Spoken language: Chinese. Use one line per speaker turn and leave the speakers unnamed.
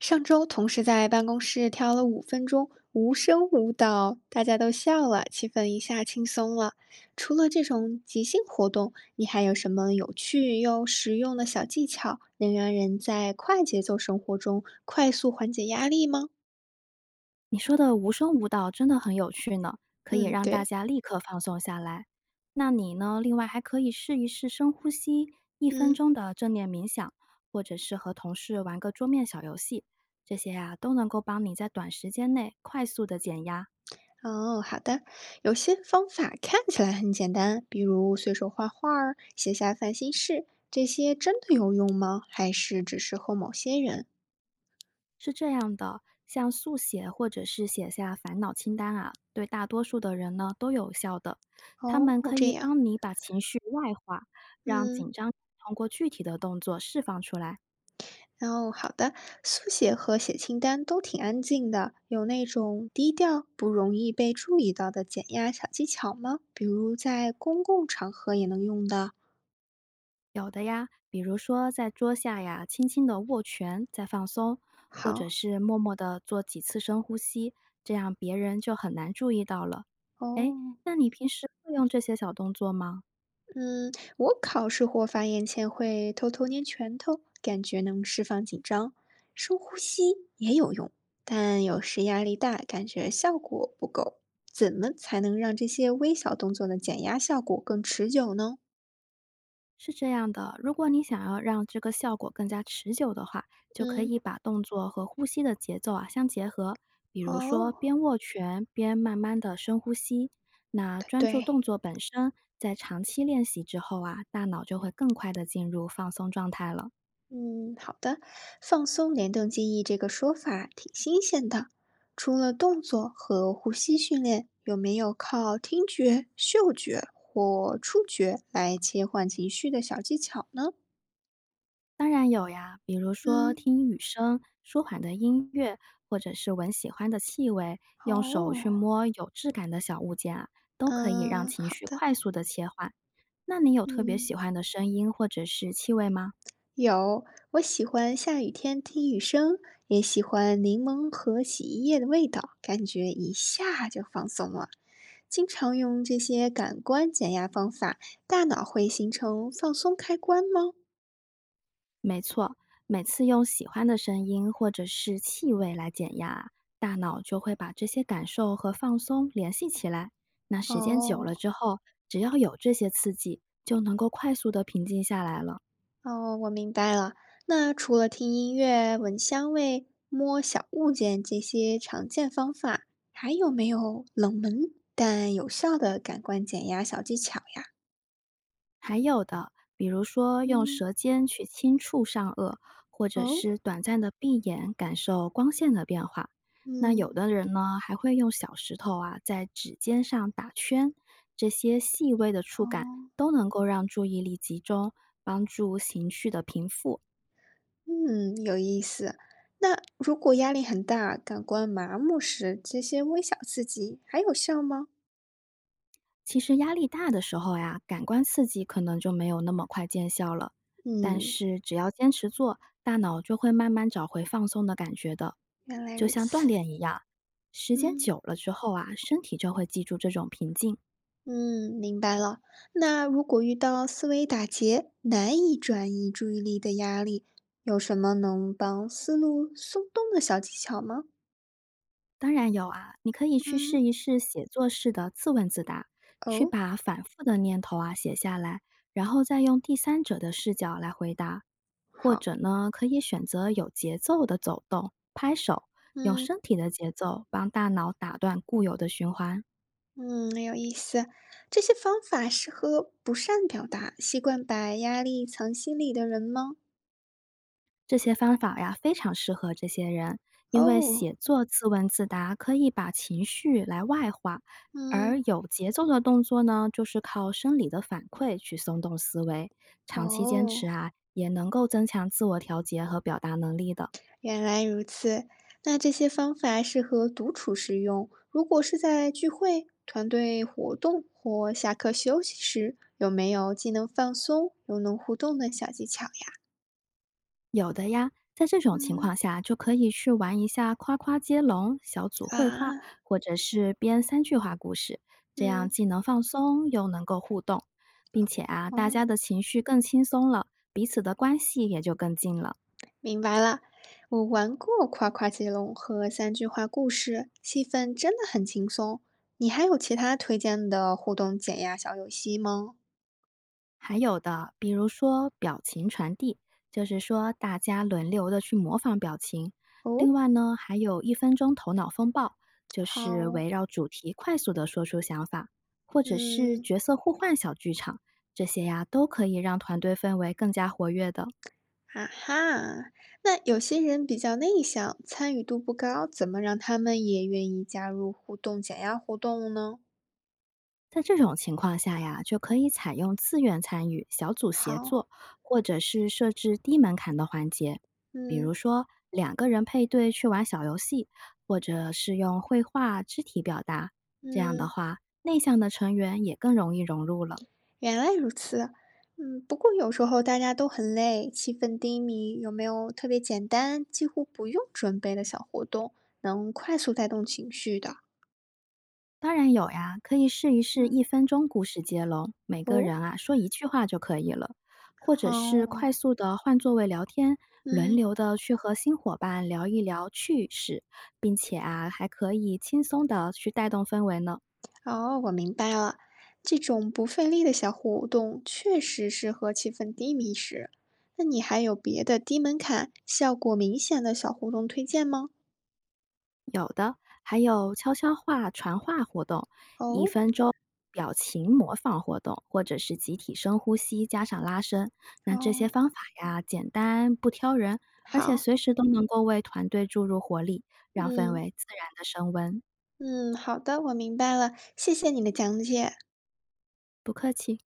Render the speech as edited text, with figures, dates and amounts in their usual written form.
上周同事在办公室跳了五分钟无声舞蹈，大家都笑了，气氛一下轻松了。除了这种即兴活动，你还有什么有趣又实用的小技巧，能让人在快节奏生活中快速缓解压力吗？
你说的无声舞蹈真的很有趣呢，可以
嗯，
让大
对，
家立刻放松下来。那你呢？另外还可以试一试深呼吸，一分
嗯。
钟的正念冥想，或者是和同事玩个桌面小游戏，这些呀、都能够帮你在短时间内快速的减压。
哦，好的。有些方法看起来很简单，比如随手画画儿、写下烦心事，这些真的有用吗？还是只适合某些人？
是这样的，像速写或者是写下烦恼清单啊，对大多数的人呢都有效的。他们
哦，
可
这
以
样，
帮你把情绪外化，让紧
嗯，
张通过具体的动作释放出来。
哦，好的。速写和写清单都挺安静的，有那种低调、不容易被注意到的减压小技巧吗？比如在公共场合也能用的。
有的呀，比如说在桌下呀，轻轻的握拳再放松，或者
好，
是默默的做几次深呼吸，这样别人就很难注意到了。哎，
哦，
那你平时会用这些小动作吗？
嗯，我考试或发言前会偷偷捏拳头，感觉能释放紧张。深呼吸也有用，但有时压力大，感觉效果不够。怎么才能让这些微小动作的减压效果更持久呢？
是这样的，如果你想要让这个效果更加持久的话，就可
嗯，
以把动作和呼吸的节奏啊相结合，比如说
哦，
边握拳边慢慢的深呼吸。那
对。
专注动
对。
作本身，在长期练习之后啊，大脑就会更快的进入放松状态了。
嗯，好的。放松联动记忆这个说法挺新鲜的。除了动作和呼吸训练，有没有靠听觉、嗅觉或触觉来切换情绪的小技巧呢？
当然有呀，比如说
嗯，
听雨声、舒缓的音乐，或者是闻喜欢的气味，用手去
哦，
摸有质感的小物件啊，都可以让
嗯，
情
好
绪
的，
快速的切换。那你有特别
嗯，
喜欢的声音或者是气味吗？
有。我喜欢下雨天听雨声，也喜欢柠檬和洗衣液的味道，感觉一下就放松了。经常用这些感官减压方法，大脑会形成放松开关吗？
没错，每次用喜欢的声音或者是气味来减压啊大脑就会把这些感受和放松联系起来。那时间久
哦
了之后，只要有这些刺激，就能够快速的平静下来了。
哦，我明白了。那除了听音乐、闻香味、摸小物件这些常见方法，还有没有冷门但有效的感官减压小技巧呀？
还有的，比如说用
嗯，
舌尖去轻触上颚，或者
哦，
是短暂的闭眼感受光线的变化。那有
嗯，
的人呢，还会用小石头啊在指尖上打圈，这些细微的触感
哦，
都能够让注意力集中，帮助情绪的平复。
嗯，有意思。那如果压力很大，感官麻木时，这些微小刺激还有效吗？
其实压力大的时候呀，感官刺激可能就没有那么快见效了，但
嗯，
是只要坚持做，大脑就会慢慢找回放松的感觉的，
原来
就
如
像锻
此，
炼一样，时间
嗯
久了之后啊，身体就会记住这种平静。
嗯，明白了。那如果遇到思维打结，难以转移注意力的压力，有什么能帮思路松动的小技巧吗？
当然有啊，你可以去试
嗯，
一试写作式的自问自答，去
哦，
把反复的念头啊写下来，然后再用第三者的视角来回答。或
好，
者呢，可以选择有节奏的走动、拍手，用
嗯
身体的节奏帮大脑打断固有的循环。
嗯，有意思。这些方法适合不善表达、习惯把压力藏心里的人吗？
这些方法呀，非常适合这些人，因为
哦，
写作自问自答可以把情绪来外化，
嗯，
而有节奏的动作呢，就是靠生理的反馈去松动思维。长期坚持
哦。
啊，也能够增强自我调节和表达能力的。
原来如此，那这些方法适合独处时用。如果是在聚会、团队活动或下课休息时，有没有既能放松又能互动的小技巧呀？
有的呀，在这种情
嗯
况下，就可以去玩一下夸夸接龙、小组绘
啊，
画，或者是编3句话故事，这样
嗯
既能放松，又能够互动，并且啊，大家
哦，
的情绪更轻松了，彼此的关系也就更近了。
明白了。我玩过夸夸接龙和三句话故事，气氛真的很轻松。你还有其他推荐的互动减压小游戏吗？
还有的，比如说表情传递，就是说大家轮流的去模仿表情。另
哦，
外呢，还有一分钟头脑风暴，就是
好，
围绕主题快速的说出想法，或者是
嗯。
角色互换小剧场，这些呀都可以让团队氛围更加活跃的。
啊哈，那有些人比较内向，参与度不高，怎么让他们也愿意加入互动、减压活动呢？
在这种情况下呀，就可以采用自愿参与、小组协
好，
作，或者是设置低门槛的环节，比如
嗯
说2个人配对去玩小游戏，或者是用绘画、肢体表达。这样的
嗯，
话，内向的成员也更容易融入了。
原来如此。嗯，不过有时候大家都很累，气氛低迷，有没有特别简单、几乎不用准备的小活动，能快速带动情绪的？
当然有呀，可以试一试一
嗯，
分钟故事接龙，每个
哦，
人啊说一句话就可以了，或者是
好，
快速的换座位聊天，轮
嗯。
流的去和新伙伴聊一聊趣事，并且啊还可以轻松的去带动氛围呢。
哦，我明白了，这种不费力的小活动确实适合气氛低迷时。那你还有别的低门槛、效果明显的小活动推荐吗？
有的，还有悄悄话传话活动、一
哦，
分钟表情模仿活动，或者是集体深呼吸加上拉伸。那这些
哦，
方法呀，简单不挑人，而且
好，
随时都能够为团队注入活力，让氛
嗯
围自然的升温。
嗯，好的，我明白了，谢谢你的讲解。
不客气。